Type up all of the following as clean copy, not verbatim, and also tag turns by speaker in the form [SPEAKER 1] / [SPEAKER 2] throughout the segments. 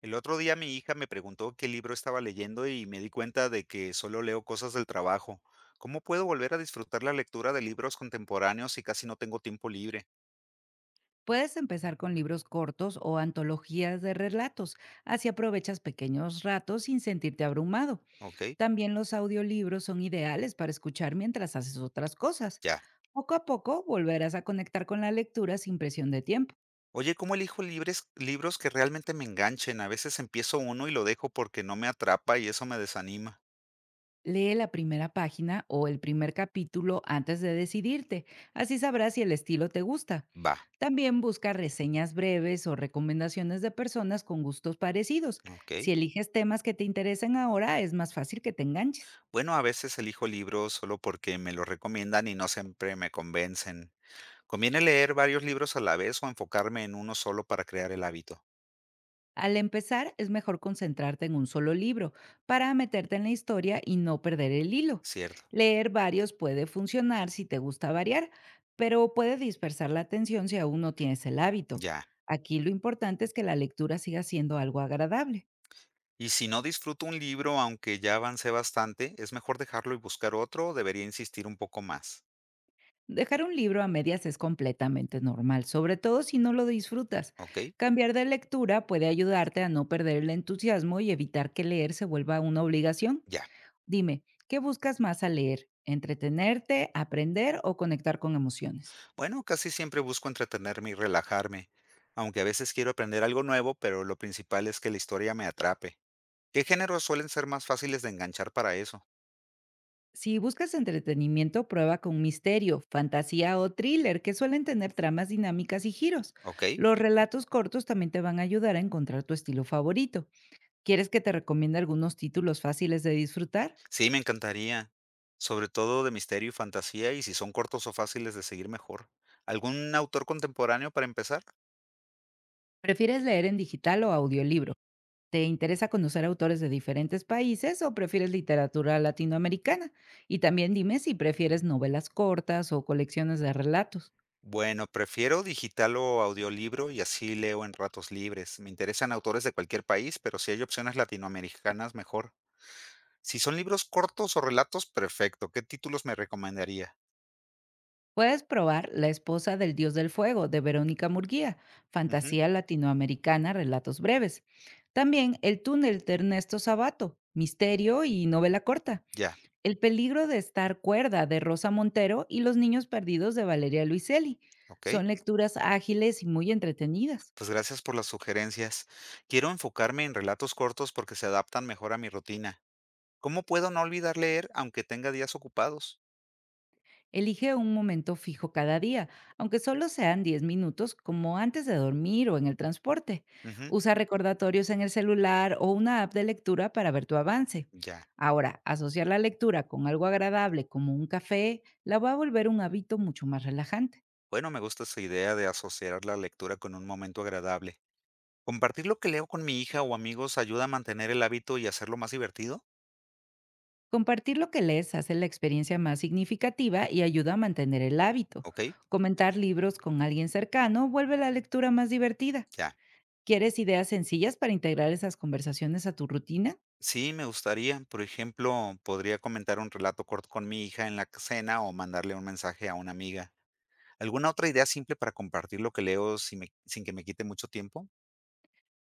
[SPEAKER 1] El otro día mi hija me preguntó qué libro estaba leyendo y me di cuenta de que solo leo cosas del trabajo. ¿Cómo puedo volver a disfrutar la lectura de libros contemporáneos si casi no tengo tiempo libre?
[SPEAKER 2] Puedes empezar con libros cortos o antologías de relatos, así aprovechas pequeños ratos sin sentirte abrumado.
[SPEAKER 1] Ok,
[SPEAKER 2] También los audiolibros son ideales para escuchar mientras haces otras cosas.
[SPEAKER 1] ya.
[SPEAKER 2] Poco a poco volverás a conectar con la lectura sin presión de tiempo.
[SPEAKER 1] Oye, ¿cómo elijo libros que realmente me enganchen? A veces empiezo uno y lo dejo porque no me atrapa y eso me desanima.
[SPEAKER 2] Lee la primera página o el primer capítulo antes de decidirte, así sabrás si el estilo te gusta.
[SPEAKER 1] Va,
[SPEAKER 2] También busca reseñas breves o recomendaciones de personas con gustos parecidos.
[SPEAKER 1] ok.
[SPEAKER 2] Si eliges temas que te interesen ahora, es más fácil que te enganches.
[SPEAKER 1] Bueno, a veces elijo libros solo porque me lo recomiendan y no siempre me convencen. ¿Conviene leer varios libros a la vez o enfocarme en uno solo para crear el hábito?
[SPEAKER 2] Al empezar, es mejor concentrarte en un solo libro para meterte en la historia y no perder el hilo.
[SPEAKER 1] Cierto.
[SPEAKER 2] Leer varios puede funcionar si te gusta variar, pero puede dispersar la atención si aún no tienes el hábito.
[SPEAKER 1] Ya.
[SPEAKER 2] Aquí lo importante es que la lectura siga siendo algo agradable.
[SPEAKER 1] Y si no disfruto un libro, aunque ya avancé bastante, ¿es mejor dejarlo y buscar otro o debería insistir un poco más?
[SPEAKER 2] Dejar un libro a medias es completamente normal, sobre todo si no lo disfrutas.
[SPEAKER 1] ¿Ok?
[SPEAKER 2] Cambiar de lectura puede ayudarte a no perder el entusiasmo y evitar que leer se vuelva una obligación.
[SPEAKER 1] Ya.
[SPEAKER 2] Dime, ¿qué buscas más al leer? ¿Entretenerte, aprender o conectar con emociones?
[SPEAKER 1] Bueno, casi siempre busco entretenerme y relajarme, aunque a veces quiero aprender algo nuevo, pero lo principal es que la historia me atrape. ¿Qué géneros suelen ser más fáciles de enganchar para eso?
[SPEAKER 2] Si buscas entretenimiento, prueba con misterio, fantasía o thriller, que suelen tener tramas dinámicas y giros.
[SPEAKER 1] ¿Ok?
[SPEAKER 2] Los relatos cortos también te van a ayudar a encontrar tu estilo favorito. ¿Quieres que te recomiende algunos títulos fáciles de disfrutar?
[SPEAKER 1] Sí, me encantaría. Sobre todo de misterio y fantasía, y si son cortos o fáciles de seguir mejor. ¿Algún autor contemporáneo para empezar?
[SPEAKER 2] ¿Prefieres leer en digital o audiolibro? ¿Te interesa conocer autores de diferentes países o prefieres literatura latinoamericana? Y también dime si prefieres novelas cortas o colecciones de relatos.
[SPEAKER 1] Bueno, prefiero digital o audiolibro y así leo en ratos libres. Me interesan autores de cualquier país, pero si hay opciones latinoamericanas, mejor. Si son libros cortos o relatos, perfecto. ¿Qué títulos me recomendaría?
[SPEAKER 2] Puedes probar La esposa del dios del fuego de Verónica Murguía,
[SPEAKER 1] Ujú,
[SPEAKER 2] fantasía latinoamericana, relatos breves. También El túnel de Ernesto Sabato, misterio y novela corta.
[SPEAKER 1] ya,
[SPEAKER 2] El peligro de estar cuerda de Rosa Montero y Los niños perdidos de Valeria Luiselli.
[SPEAKER 1] ok.
[SPEAKER 2] Son lecturas ágiles y muy entretenidas.
[SPEAKER 1] Pues gracias por las sugerencias. Quiero enfocarme en relatos cortos porque se adaptan mejor a mi rutina. ¿Cómo puedo no olvidar leer aunque tenga días ocupados?
[SPEAKER 2] Elige un momento fijo cada día, aunque solo sean 10 minutos, como antes de dormir o en el transporte.
[SPEAKER 1] Ujú,
[SPEAKER 2] Usa recordatorios en el celular o una app de lectura para ver tu avance.
[SPEAKER 1] ya.
[SPEAKER 2] Ahora, asociar la lectura con algo agradable como un café la va a volver un hábito mucho más relajante.
[SPEAKER 1] Bueno, me gusta esa idea de asociar la lectura con un momento agradable. Compartir lo que leo con mi hija o amigos ayuda a mantener el hábito y hacerlo más divertido.
[SPEAKER 2] Compartir lo que lees hace la experiencia más significativa y ayuda a mantener el hábito.
[SPEAKER 1] Ok,
[SPEAKER 2] Comentar libros con alguien cercano vuelve la lectura más divertida.
[SPEAKER 1] ya.
[SPEAKER 2] ¿Quieres ideas sencillas para integrar esas conversaciones a tu rutina?
[SPEAKER 1] Sí, me gustaría. Por ejemplo, podría comentar un relato corto con mi hija en la cena o mandarle un mensaje a una amiga. ¿Alguna otra idea simple para compartir lo que leo sin que me quite mucho tiempo?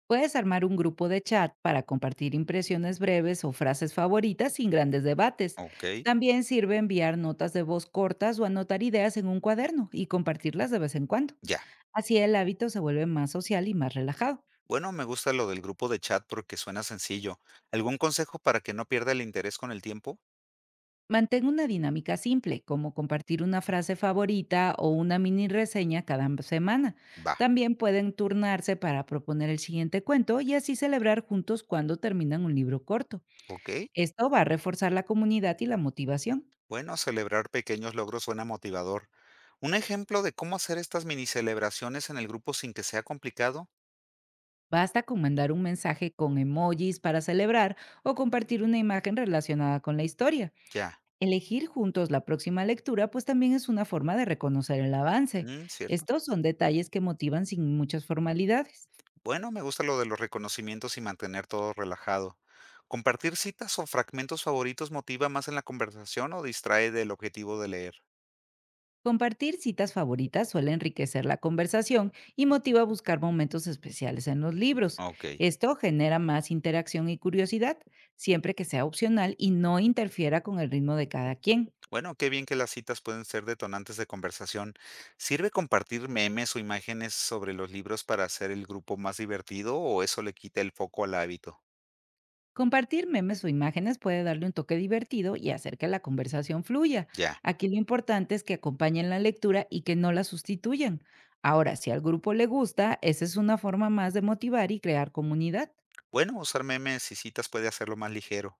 [SPEAKER 2] Puedes armar un grupo de chat para compartir impresiones breves o frases favoritas sin grandes debates.
[SPEAKER 1] Ok,
[SPEAKER 2] También sirve enviar notas de voz cortas o anotar ideas en un cuaderno y compartirlas de vez en cuando.
[SPEAKER 1] ya.
[SPEAKER 2] Así el hábito se vuelve más social y más relajado.
[SPEAKER 1] Bueno, me gusta lo del grupo de chat porque suena sencillo. ¿Algún consejo para que no pierda el interés con el tiempo?
[SPEAKER 2] Mantén una dinámica simple, como compartir una frase favorita o una mini reseña cada semana.
[SPEAKER 1] Va.
[SPEAKER 2] También pueden turnarse para proponer el siguiente cuento y así celebrar juntos cuando terminan un libro corto.
[SPEAKER 1] Ok.
[SPEAKER 2] Esto va a reforzar la comunidad y la motivación.
[SPEAKER 1] Bueno, celebrar pequeños logros suena motivador. Un ejemplo de cómo hacer estas mini celebraciones en el grupo sin que sea complicado,
[SPEAKER 2] Basta con mandar un mensaje con emojis para celebrar o compartir una imagen relacionada con la historia.
[SPEAKER 1] ya,
[SPEAKER 2] Elegir juntos la próxima lectura pues también es una forma de reconocer el avance.
[SPEAKER 1] mm, cierto.
[SPEAKER 2] Estos son detalles que motivan sin muchas formalidades.
[SPEAKER 1] Bueno, me gusta lo de los reconocimientos y mantener todo relajado. ¿Compartir citas o fragmentos favoritos motiva más en la conversación o distrae del objetivo de leer?
[SPEAKER 2] Compartir citas favoritas suele enriquecer la conversación y motiva a buscar momentos especiales en los libros.
[SPEAKER 1] Ok.
[SPEAKER 2] Esto genera más interacción y curiosidad, siempre que sea opcional y no interfiera con el ritmo de cada quien.
[SPEAKER 1] Bueno, qué bien que las citas pueden ser detonantes de conversación. ¿Sirve compartir memes o imágenes sobre los libros para hacer el grupo más divertido o eso le quita el foco al hábito?
[SPEAKER 2] Compartir memes o imágenes puede darle un toque divertido y hacer que la conversación fluya.
[SPEAKER 1] Ya.
[SPEAKER 2] Aquí lo importante es que acompañen la lectura y que no la sustituyan. Ahora, si al grupo le gusta, esa es una forma más de motivar y crear comunidad.
[SPEAKER 1] Bueno, usar memes y citas puede hacerlo más ligero.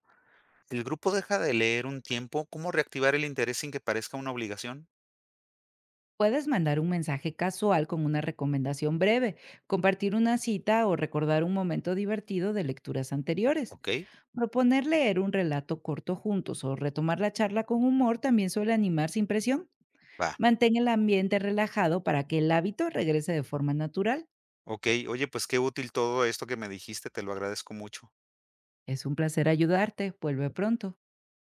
[SPEAKER 1] Si el grupo deja de leer un tiempo, ¿cómo reactivar el interés sin que parezca una obligación?
[SPEAKER 2] Puedes mandar un mensaje casual con una recomendación breve, compartir una cita o recordar un momento divertido de lecturas anteriores.
[SPEAKER 1] Ok,
[SPEAKER 2] Proponer leer un relato corto juntos o retomar la charla con humor también suele animar sin presión.
[SPEAKER 1] va.
[SPEAKER 2] Mantén el ambiente relajado para que el hábito regrese de forma natural.
[SPEAKER 1] Ok, oye, pues qué útil todo esto que me dijiste, te lo agradezco mucho.
[SPEAKER 2] Es un placer ayudarte. Vuelve pronto.